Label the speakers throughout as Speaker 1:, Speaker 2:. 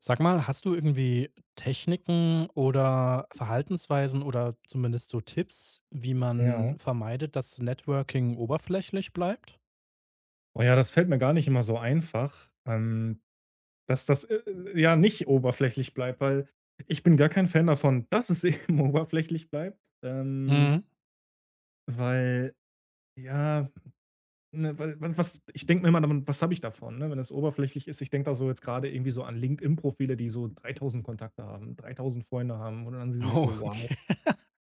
Speaker 1: Sag mal, hast du irgendwie Techniken oder Verhaltensweisen oder zumindest so Tipps, wie man
Speaker 2: Ja.
Speaker 1: vermeidet, dass Networking oberflächlich bleibt?
Speaker 2: Oh ja, das fällt mir gar nicht immer so einfach, dass das, ja nicht oberflächlich bleibt, weil ich bin gar kein Fan davon, dass es eben oberflächlich bleibt,
Speaker 1: Mhm.
Speaker 2: weil ja, ne, weil was ich denke mir immer dann: „Was habe ich davon“, ne, wenn es oberflächlich ist? Ich denke da so jetzt gerade irgendwie so an LinkedIn-Profile, die so 3.000 Kontakte haben, 3.000 Freunde haben und dann sehe ich so:
Speaker 1: Oh,
Speaker 2: „Wow“,
Speaker 1: okay.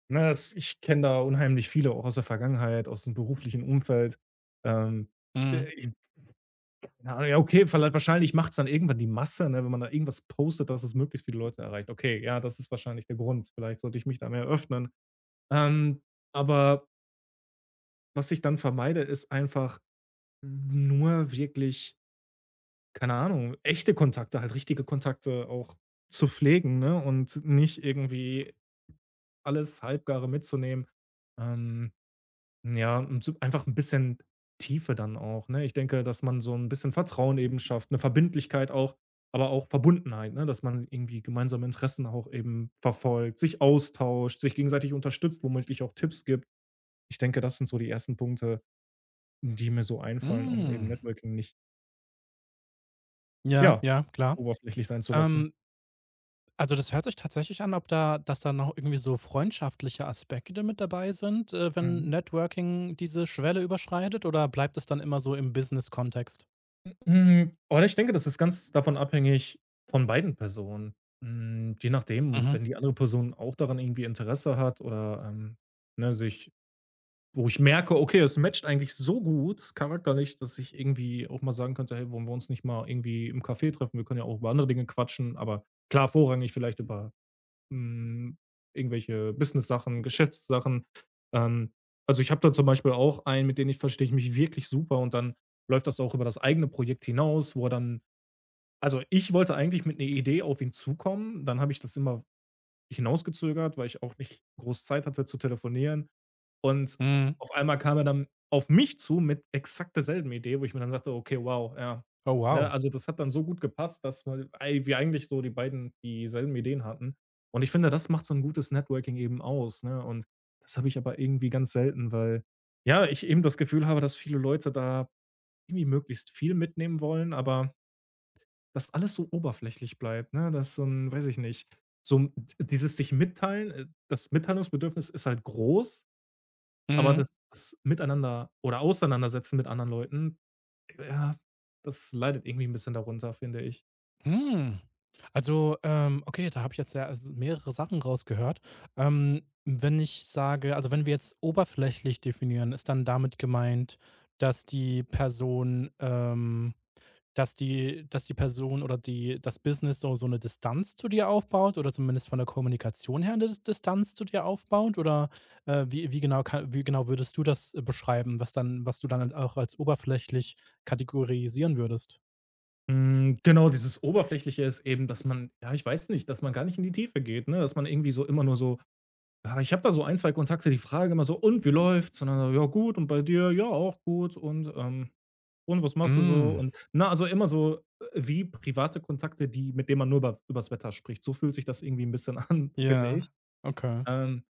Speaker 2: ne, das ich kenne da unheimlich viele auch aus der Vergangenheit, aus dem beruflichen Umfeld. Ähm,
Speaker 1: Mhm.
Speaker 2: äh, Keine Ahnung, ja, okay, vielleicht wahrscheinlich macht's dann irgendwann die Masse, ne, wenn man da irgendwas postet, dass es möglichst viele Leute erreicht. Okay, ja, das ist wahrscheinlich der Grund. Vielleicht sollte ich mich da mehr öffnen. Ähm, aber was ich dann vermeide, ist einfach nur wirklich, keine Ahnung, echte Kontakte, halt richtige Kontakte auch zu pflegen, ne, und nicht irgendwie alles Halbgare mitzunehmen. Ähm, Ja, und so einfach ein bisschen Tiefe dann auch, ne? Ich denke, dass man so ein bisschen Vertrauen eben schafft, eine Verbindlichkeit auch, aber auch Verbundenheit, ne? Dass man irgendwie gemeinsame Interessen auch eben verfolgt, sich austauscht, sich gegenseitig unterstützt, womöglich auch Tipps gibt. Ich denke, das sind so die ersten Punkte, die mir so einfallen, um eben
Speaker 1: Mhm.
Speaker 2: Networking nicht,
Speaker 1: Ja,
Speaker 2: ja,
Speaker 1: ja, klar.
Speaker 2: oberflächlich sein zu lassen.
Speaker 1: Ähm, also, das hört sich tatsächlich an, ob da dass da noch irgendwie so freundschaftliche Aspekte mit dabei sind,
Speaker 2: Mhm.
Speaker 1: wenn Networking diese Schwelle überschreitet oder bleibt es dann immer so im Business-Kontext?
Speaker 2: Hm, oder ich denke, das ist ganz davon abhängig von beiden Personen. Hm, je nachdem,
Speaker 1: Mhm.
Speaker 2: wenn die andere Person auch daran irgendwie Interesse hat oder, ne, sich wo ich merke: „Okay, es matcht eigentlich so gut charakterlich, dass ich irgendwie auch mal sagen könnte: ‚Hey, wollen wir uns nicht mal irgendwie im Café treffen? Wir können ja auch über andere Dinge quatschen.‘“ Aber klar, vorrangig vielleicht über hm, irgendwelche Business-Sachen, Geschäftssachen. Ähm, also, ich habe da zum Beispiel auch einen, mit dem ich verstehe ich mich wirklich super und dann läuft das auch über das eigene Projekt hinaus, wo er dann also, ich wollte eigentlich mit einer Idee auf ihn zukommen, dann habe ich das immer hinausgezögert, weil ich auch nicht groß Zeit hatte zu telefonieren. Und
Speaker 1: Mhm.
Speaker 2: auf einmal kam er dann auf mich zu mit exakt derselben Idee, wo ich mir dann sagte: „Okay, wow, ja.“
Speaker 1: Oh,
Speaker 2: Ne,
Speaker 1: wow.
Speaker 2: also, das hat dann so gut gepasst, dass man ei wir eigentlich so die beiden dieselben Ideen hatten. Und ich finde, das macht so ein gutes Networking eben aus, ne? Und das habe ich aber irgendwie ganz selten, weil, ja, ich eben das Gefühl habe, dass viele Leute da irgendwie möglichst viel mitnehmen wollen, aber dass alles so oberflächlich bleibt, ne? Dass so 'n weiß ich nicht, so 'n dieses sich mitteilen das Mitteilungsbedürfnis ist halt groß, aber
Speaker 1: Mhm.
Speaker 2: das Miteinander oder Auseinandersetzen mit anderen Leuten, ja, das leidet irgendwie ein bisschen darunter, finde ich.
Speaker 1: Hm. Also, okay, da habe ich jetzt ja also mehrere Sachen rausgehört. Wenn ich sage Also, wenn wir jetzt oberflächlich definieren, ist dann damit gemeint, dass die Person, dass die Person oder die das Business so eine Distanz zu dir aufbaut oder zumindest von der Kommunikation her eine Distanz zu dir aufbaut? Oder, wie genau würdest du das beschreiben, was du dann als auch als oberflächlich kategorisieren würdest?
Speaker 2: Hm, genau, dieses Oberflächliche ist eben, dass man ja, ich weiß nicht, dass man gar nicht in die Tiefe geht, ne? Dass man irgendwie so immer nur so. Aber ich habe da so ein, 2 Kontakte, die fragen immer so: „Und wie läuft's?“ Und dann: so, „Ja, gut. Und bei dir?“ „Ja, auch gut. Und was machst du so?“
Speaker 1: Hm.
Speaker 2: Und na also immer so, wie private Kontakte, die mit denen man nur über übers Wetter spricht. So fühlt sich das irgendwie ein bisschen an, finde ich.
Speaker 1: Ja, okay.
Speaker 2: Ähm,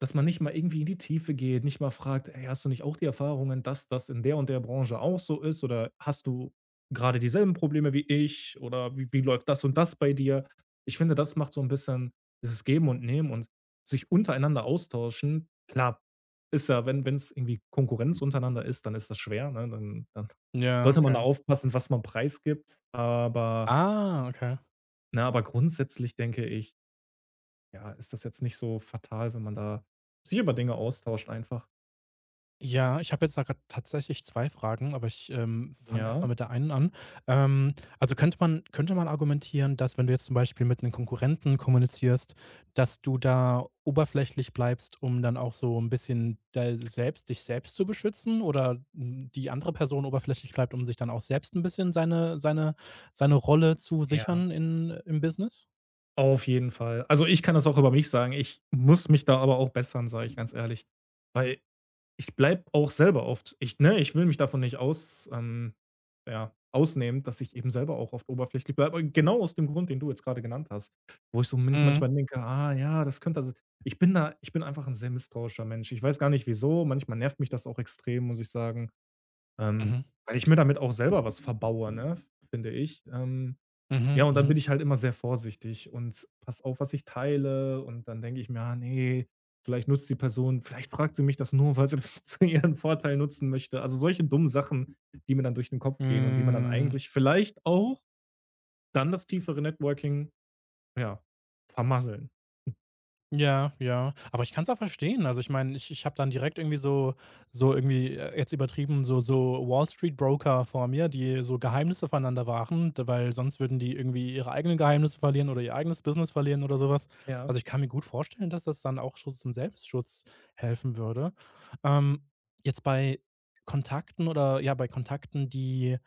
Speaker 2: dass man nicht mal irgendwie in die Tiefe geht, nicht mal fragt: „Ey, hast du nicht auch die Erfahrungen, dass das in der und der Branche auch so ist oder hast du gerade dieselben Probleme wie ich oder wie läuft das und das bei dir?“ Ich finde, das macht so ein bisschen dieses Geben und Nehmen und sich untereinander austauschen. Klar, ist ja, wenn es irgendwie Konkurrenz untereinander ist, dann ist das schwer, ne? Dann
Speaker 1: Ja,
Speaker 2: sollte man da
Speaker 1: okay.
Speaker 2: aufpassen, was man preisgibt, aber
Speaker 1: Ah, okay.
Speaker 2: na, aber grundsätzlich denke ich ja, ist das jetzt nicht so fatal, wenn man da sich über Dinge austauscht einfach.
Speaker 1: Ja, ich habe jetzt da grad tatsächlich 2 Fragen, aber ich, fange erst
Speaker 2: Ja.
Speaker 1: mal mit der einen an. Also, könnte man argumentieren, dass, wenn du jetzt zum Beispiel mit einem Konkurrenten kommunizierst, dass du da oberflächlich bleibst, um dann auch so ein bisschen dei selbst dich selbst zu beschützen oder die andere Person oberflächlich bleibt, um sich dann auch selbst ein bisschen seine Rolle zu
Speaker 2: Ja.
Speaker 1: sichern in im Business?
Speaker 2: Auf jeden Fall. Also, ich kann das auch über mich sagen. Ich muss mich da aber auch bessern, sage ich ganz ehrlich, weil ich bleibe auch selber oft ich, ne, ich will mich davon nicht aus ja, ausnehmen, dass ich eben selber auch oft oberflächlich bleibe, genau aus dem Grund, den du jetzt grade genannt hast, wo ich so min manchmal
Speaker 1: Mhm.
Speaker 2: denke: „Ah ja, das könnte s“ ich bin einfach 'n sehr misstrauischer Mensch. Ich weiß gar nicht wieso. Manchmal nervt mich das auch extrem, muss ich sagen. Ähm,
Speaker 1: Mhm.
Speaker 2: weil ich mir damit auch selber was verbaue, ne, f finde ich. Ja,
Speaker 1: Mhm.
Speaker 2: und dann
Speaker 1: Mhm.
Speaker 2: bin ich halt immer sehr vorsichtig und pass auf, was ich teile und dann denke ich mir: „Ah ne, vielleicht nutzt die Person vielleicht fragt sie mich das nur, weil sie das zu ihren Vorteil nutzen möchte.“ Also, solche dummen Sachen, die mir dann durch den Kopf gehen und die man dann
Speaker 1: Hm,
Speaker 2: eigentlich vielleicht auch dann das tiefere Networking, ja, vermasseln.
Speaker 1: ja, ja. Aber ich kann es auch verstehen. Also, ich meine, ich habe dann direkt irgendwie so irgendwie, jetzt übertrieben, so Wall-Street-Broker vor mir, die so Geheimnisse voneinander wahren, d weil sonst würden die irgendwie ihre eigenen Geheimnisse verlieren oder ihr eigenes Business verlieren oder sowas.
Speaker 2: Ja.
Speaker 1: Also, ich kann mir gut vorstellen, dass das dann auch schon zum Selbstschutz helfen würde. Ähm, Jetzt bei Kontakten oder ja, bei Kontakten, die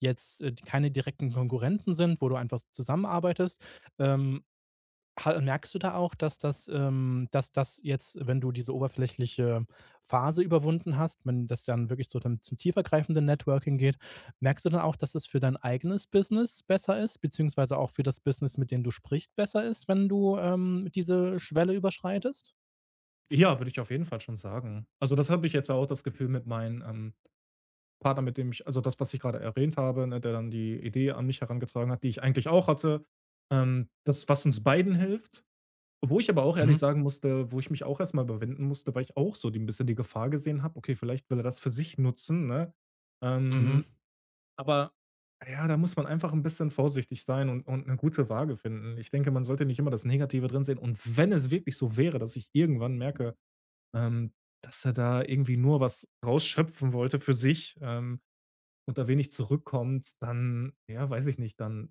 Speaker 1: jetzt, die keine direkten Konkurrenten sind, wo du einfach zusammenarbeitest, ähm Ha merkst du da auch, dass dass das jetzt, wenn du diese oberflächliche Phase überwunden hast, wenn das dann wirklich so dann zum tiefergreifenden Networking geht, merkst du dann auch, dass es für dein eigenes Business besser ist, beziehungsweise auch für das Business, mit dem du sprichst, besser ist, wenn du, diese Schwelle überschreitest?
Speaker 2: Ja, würde ich auf jeden Fall schon sagen. Also, das habe ich jetzt auch das Gefühl mit meinen, Partner, mit dem ich also das, was ich gerade erwähnt habe, ne, der dann die Idee an mich herangetragen hat, die ich eigentlich auch hatte, das, was uns beiden hilft. Wo ich aber auch ehrlich
Speaker 1: Mhm,
Speaker 2: sagen musste wo ich mich auch erstmal mal überwinden musste, weil ich auch so die 'n bisschen die Gefahr gesehen habe: „Okay, vielleicht will er das für sich nutzen“, ne? Ähm,
Speaker 1: mhm.
Speaker 2: aber ja, da muss man einfach ein bisschen vorsichtig sein und eine gute Waage finden. Ich denke, man sollte nicht immer das Negative drin sehen und wenn es wirklich so wäre, dass ich irgendwann merke, ähm, dass er da irgendwie nur was rausschöpfen wollte für sich, und da wenig zurückkommt, dann ja, weiß ich nicht, dann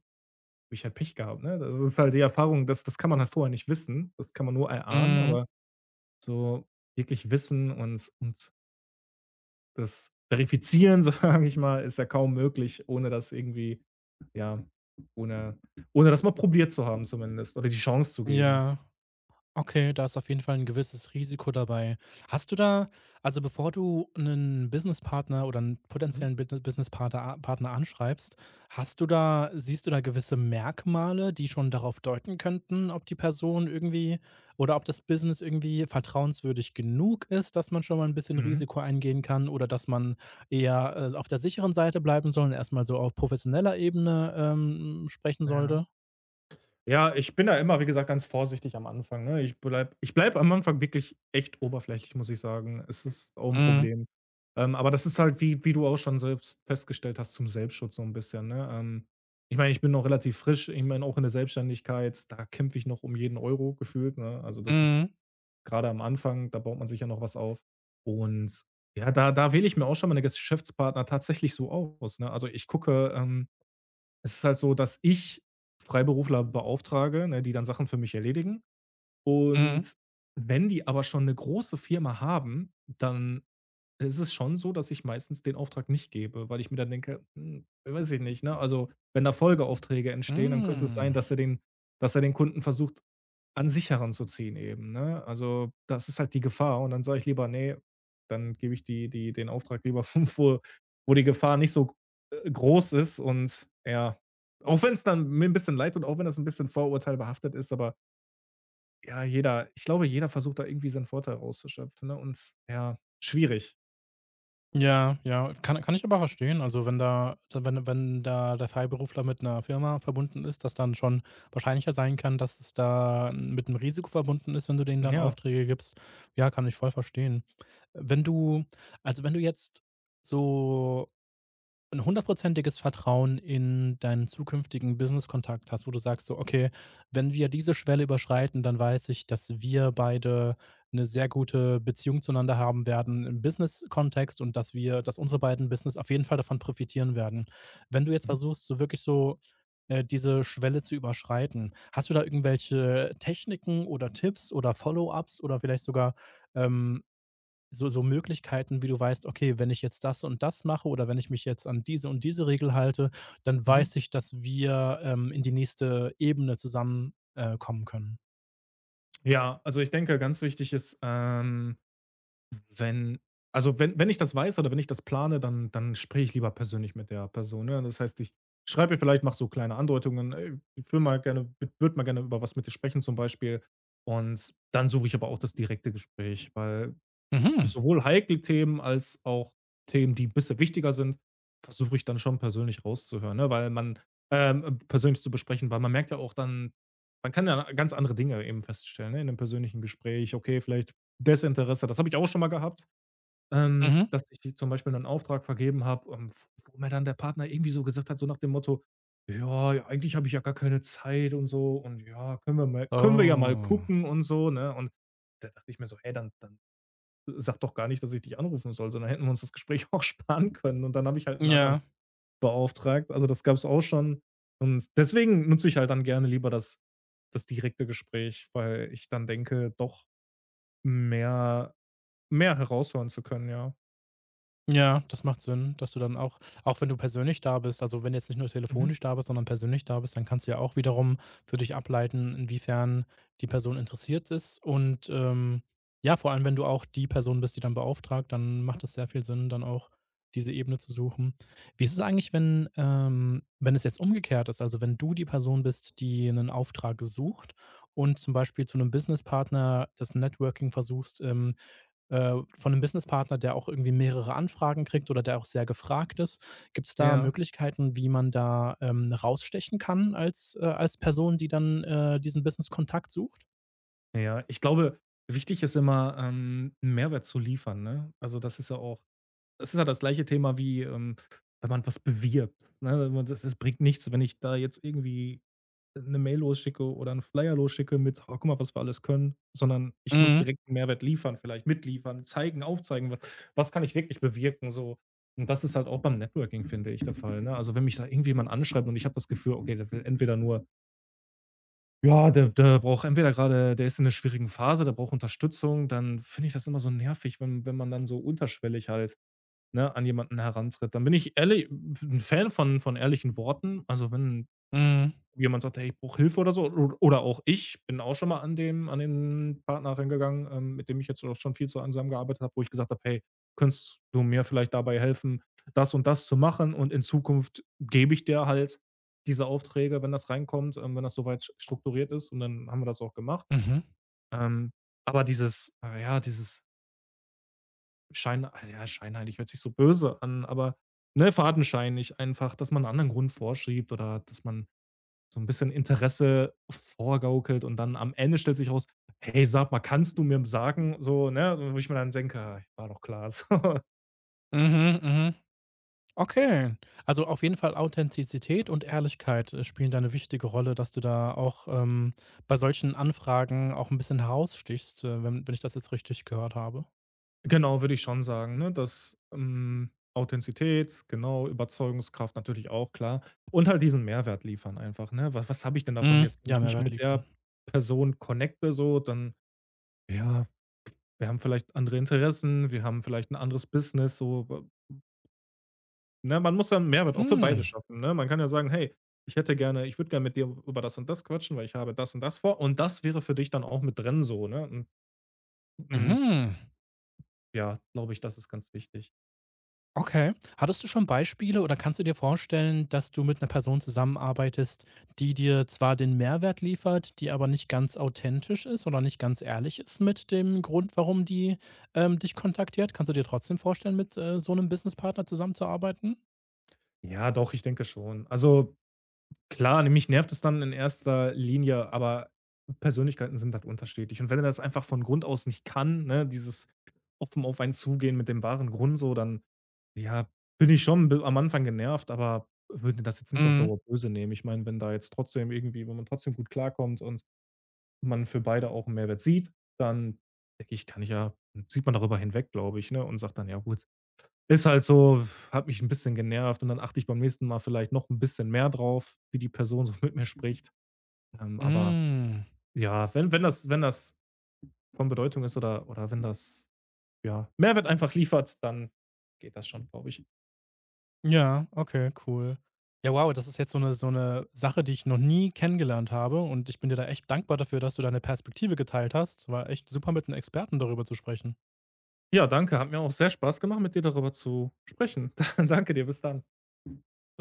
Speaker 2: habe ich halt Pech gehabt, ne? Das ist halt die Erfahrung, das kann man halt vorher nicht wissen. Das kann man nur erahnen,
Speaker 1: Mhm.
Speaker 2: aber so wirklich wissen und das verifizieren, sage ich mal, ist ja kaum möglich, ohne das irgendwie ja, ohne ohne das mal probiert zu haben zumindest oder die Chance zu geben.
Speaker 1: Ja. Okay, da ist auf jeden Fall ein gewisses Risiko dabei. Hast du da also, bevor du einen Businesspartner oder einen
Speaker 2: Mhm.
Speaker 1: potenziellen Bit Businesspartner a Partner anschreibst, hast du da siehst du da gewisse Merkmale, die schon darauf deuten könnten, ob die Person irgendwie oder ob das Business irgendwie vertrauenswürdig genug ist, dass man schon mal ein bisschen
Speaker 2: Mhm.
Speaker 1: Risiko eingehen kann oder dass man eher, auf der sicheren Seite bleiben soll und erst so auf professioneller Ebene, sprechen
Speaker 2: Ja.
Speaker 1: sollte?
Speaker 2: Ja, ich bin da immer, wie gesagt, ganz vorsichtig am Anfang, ne? Ich bleib am Anfang wirklich echt oberflächlich, muss ich sagen. Es ist auch ein
Speaker 1: Mhm,
Speaker 2: Problem. Aber das ist halt, wie du auch schon selbst festgestellt hast, zum Selbstschutz so ein bisschen, ne? Ich meine, ich bin noch relativ frisch. Ich meine, auch in der Selbstständigkeit, da kämpfe ich noch um jeden Euro gefühlt, ne? Also, das ist
Speaker 1: mhm,
Speaker 2: gerade am Anfang, da baut man sich ja noch was auf. Und ja, da wähle ich mir auch schon meine Geschäftspartner tatsächlich so aus, ne? Also, ich gucke, es ist halt so, dass ich Freiberufler beauftrage, ne, die dann Sachen für mich erledigen.
Speaker 1: mhm,
Speaker 2: Und wenn die aber schon eine große Firma haben, dann ist es schon so, dass ich meistens den Auftrag nicht gebe, weil ich mir dann denke: „Hm, weiß ich nicht, ne?“ Also, wenn da Folgeaufträge entstehen, dann könnte es sein,
Speaker 1: hm.
Speaker 2: dass er den Kunden versucht an sicheren zu ziehen eben, ne? Also, das ist halt die Gefahr und dann sage ich lieber: „Ne, dann gebe ich die die den Auftrag lieber 5 wo wo die Gefahr nicht so, groß ist“ und ja, auch wenn es dann mir 'n bisschen leid tut, auch wenn das ein bisschen Vorurteil behaftet ist, aber ja, jeder ich glaube, jeder versucht da irgendwie seinen Vorteil rauszuschöpfen, ne, und ja, schwierig.
Speaker 1: Ja, ja, kann ich aber verstehen. Also, wenn da wenn wenn da der Freiberufler mit einer Firma verbunden ist, dass dann schon wahrscheinlicher sein kann, dass es da mit einem Risiko verbunden ist, wenn du denen dann
Speaker 2: Ja.
Speaker 1: Aufträge gibst. Ja, kann ich voll verstehen. Wenn du also, wenn du jetzt so ein hundertprozentiges Vertrauen in deinen zukünftigen Business-Kontakt hast, wo du sagst so: „Okay, wenn wir diese Schwelle überschreiten, dann weiß ich, dass wir beide eine sehr gute Beziehung zueinander haben werden im Business-Kontext und dass unsere beiden Business auf jeden Fall davon profitieren werden.“ Wenn du jetzt
Speaker 2: Mhm,
Speaker 1: versuchst, so wirklich so, diese Schwelle zu überschreiten, hast du da irgendwelche Techniken oder Tipps oder Follow-ups oder vielleicht sogar, ähm, so Möglichkeiten, wie du weißt: „Okay, wenn ich jetzt das und das mache oder wenn ich mich jetzt an diese und diese Regel halte, dann
Speaker 2: mhm.
Speaker 1: weiß ich, dass wir, in die nächste Ebene zusammenkommen kommen können.“
Speaker 2: Ja, also, ich denke, ganz wichtig ist, Wenn also, wenn ich das weiß oder wenn ich das plane, dann spreche ich lieber persönlich mit der Person, ne? Das heißt, ich schreibe ihr vielleicht, mache so kleine Andeutungen: „Ey, ich will mal gerne w würde mal gerne über was mit dir sprechen“, zum Beispiel. Und dann suche ich aber auch das direkte Gespräch, weil
Speaker 1: Mhm,
Speaker 2: sowohl heikle Themen als auch Themen, die ein bisschen wichtiger sind, versuche ich dann schon persönlich rauszuhören, ne, weil man persönlich zu besprechen, weil man merkt ja auch dann man kann ja ganz andere Dinge eben feststellen, ne, in 'nem persönlichen Gespräch. Okay, vielleicht Desinteresse, das habe ich auch schon mal gehabt.
Speaker 1: mhm.
Speaker 2: Dass ich zum Beispiel einen Auftrag vergeben habe, wo mir dann der Partner irgendwie so gesagt hat, so nach dem Motto: „Ja, ja, eigentlich habe ich ja gar keine Zeit und so und ja, können wir mal können wir ja mal
Speaker 1: Oh.
Speaker 2: gucken und so“, ne? Und da dachte ich mir so: „Hey, dann sag doch gar nicht, dass ich dich anrufen soll, sondern hätten wir uns das Gespräch auch sparen können.“ Und dann habe ich halt einen anderen
Speaker 1: Ja.
Speaker 2: beauftragt. Also, das gab es auch schon. Und deswegen nutze ich halt dann gerne lieber das direkte Gespräch, weil ich dann denke, doch mehr mehr heraushören zu können, ja.
Speaker 1: Ja, das macht Sinn, dass du dann auch wenn du persönlich da bist, also wenn jetzt nicht nur
Speaker 2: Mhm.
Speaker 1: telefonisch da bist, sondern persönlich da bist, dann kannst du ja auch wiederum für dich ableiten, inwiefern die Person interessiert ist. Und, ja, vor allem, wenn du auch die Person bist, die dann beauftragt, dann macht es sehr viel Sinn, dann auch diese Ebene zu suchen. Wie ist es eigentlich, wenn es jetzt umgekehrt ist? Also, wenn du die Person bist, die einen Auftrag sucht und zum Beispiel zu einem Businesspartner das Networking versuchst, von einem Businesspartner, der auch irgendwie mehrere Anfragen kriegt oder der auch sehr gefragt ist. Gibt es da
Speaker 2: Ja.
Speaker 1: Möglichkeiten, wie man da, rausstechen kann als Person, die dann, diesen Business-Kontakt sucht?
Speaker 2: Ja, ich glaube, wichtig ist immer, 'n Mehrwert zu liefern, ne? Also, das ist ja auch, das ist ja das gleiche Thema wie, wenn man was bewirbt, ne? Wenn man das das bringt nichts, wenn ich da jetzt irgendwie eine Mail losschicke oder einen Flyer losschicke mit: „Oh, guck mal, was wir alles können“, sondern ich muss
Speaker 1: Mhm.
Speaker 2: direkt 'n Mehrwert liefern, vielleicht mitliefern, zeigen, aufzeigen, was kann ich wirklich bewirken, so. Und das ist halt auch beim Networking, finde ich, der Fall, ne? Also, wenn mich da irgendjemand anschreibt und ich habe das Gefühl, okay, der will entweder nur, ja, der braucht entweder gerade, der ist in 'ner schwierigen Phase, der braucht Unterstützung, dann finde ich das immer so nervig, wenn man dann so unterschwellig halt, ne, an jemanden herantritt. Dann bin ich ehrlich ein Fan von ehrlichen Worten. Also, wenn
Speaker 1: Mhm.
Speaker 2: jemand sagt: „Hey, ich brauche Hilfe“ oder so. O oder auch, ich bin auch schon mal an dem an den Partner rangegangen, mit dem ich jetzt auch schon viel zu an zusammengearbeitet habe, wo ich gesagt habe: „Hey, könntest du mir vielleicht dabei helfen, das und das zu machen, und in Zukunft gebe ich dir halt diese Aufträge, wenn das reinkommt, wenn das soweit weit strukturiert ist“, und dann haben wir das auch gemacht.
Speaker 1: Mhm.
Speaker 2: Ähm, aber dieses ja, dieses Schein ah ja, scheinheilig hört sich so böse an, aber, ne, fadenscheinig einfach, dass man einen anderen Grund vorschiebt oder dass man so 'n bisschen Interesse vorgaukelt und dann am Ende stellt sich raus: „Hey, sag mal, kannst du mir sagen?“ So, ne? Wo ich mir dann denke: „Ah, war doch klar so.“
Speaker 1: Mhm. Mhm. Okay. Also, auf jeden Fall Authentizität und Ehrlichkeit, spielen da eine wichtige Rolle, dass du da auch, bei solchen Anfragen auch ein bisschen herausstichst, wenn ich das jetzt richtig gehört habe.
Speaker 2: Genau, würde ich schon sagen, ne, dass, Authentizität, genau, Überzeugungskraft natürlich auch, klar. Und halt diesen Mehrwert liefern einfach, ne? Was habe ich denn davon
Speaker 1: Mhm.
Speaker 2: jetzt, wenn
Speaker 1: Ja,
Speaker 2: ich mich
Speaker 1: Mehrwert
Speaker 2: mit der
Speaker 1: liefern.
Speaker 2: Person connecte so, dann ja, wir haben vielleicht andere Interessen, wir haben vielleicht 'n anderes Business so, w ne, man muss dann Mehrwert auch für
Speaker 1: Hm.
Speaker 2: beide schaffen, ne? Man kann ja sagen: „Hey, ich würde gerne mit dir über das und das quatschen, weil ich habe das und das vor und das wäre für dich dann auch mit drin so“, ne? Und
Speaker 1: Mhm.
Speaker 2: ja, glaube ich, das ist ganz wichtig.
Speaker 1: Okay. Hattest du schon Beispiele oder kannst du dir vorstellen, dass du mit einer Person zusammenarbeitest, die dir zwar den Mehrwert liefert, die aber nicht ganz authentisch ist oder nicht ganz ehrlich ist mit dem Grund, warum die, dich kontaktiert? Kannst du dir trotzdem vorstellen, mit, so einem Businesspartner zusammenzuarbeiten?
Speaker 2: Ja, doch, ich denke schon. Also, klar, ne, mich nervt es dann in erster Linie, aber Persönlichkeiten sind halt unterschiedlich. Und wenn er das einfach von Grund aus nicht kann, ne, dieses offen auf einen zugehen mit dem wahren Grund so, dann, ja, bin ich schon b am Anfang genervt, aber würde das jetzt nicht auf
Speaker 1: Mhm.
Speaker 2: Dauer böse nehmen. Ich meine, wenn da jetzt trotzdem irgendwie, wenn man trotzdem gut klarkommt und man für beide auch 'n Mehrwert sieht, dann denke ich, kann ich ja sieht man darüber hinweg, glaube ich, ne, und sagt dann: „Ja gut, ist halt so, hat mich ein bisschen genervt und dann achte ich beim nächsten Mal vielleicht noch ein bisschen mehr drauf, wie die Person so mit mir spricht. Aber
Speaker 1: Hm.
Speaker 2: ja, wenn wenn das von Bedeutung ist oder wenn das, ja, Mehrwert einfach liefert, dann geht das schon, glaube ich.
Speaker 1: Ja, okay, cool. Ja, wow, das ist jetzt so eine Sache, die ich noch nie kennengelernt habe und ich bin dir da echt dankbar dafür, dass du deine Perspektive geteilt hast. War echt super, mit einem Experten darüber zu sprechen.
Speaker 2: Ja, danke, hat mir auch sehr Spaß gemacht, mit dir darüber zu sprechen. Danke dir, bis dann.
Speaker 1: Bis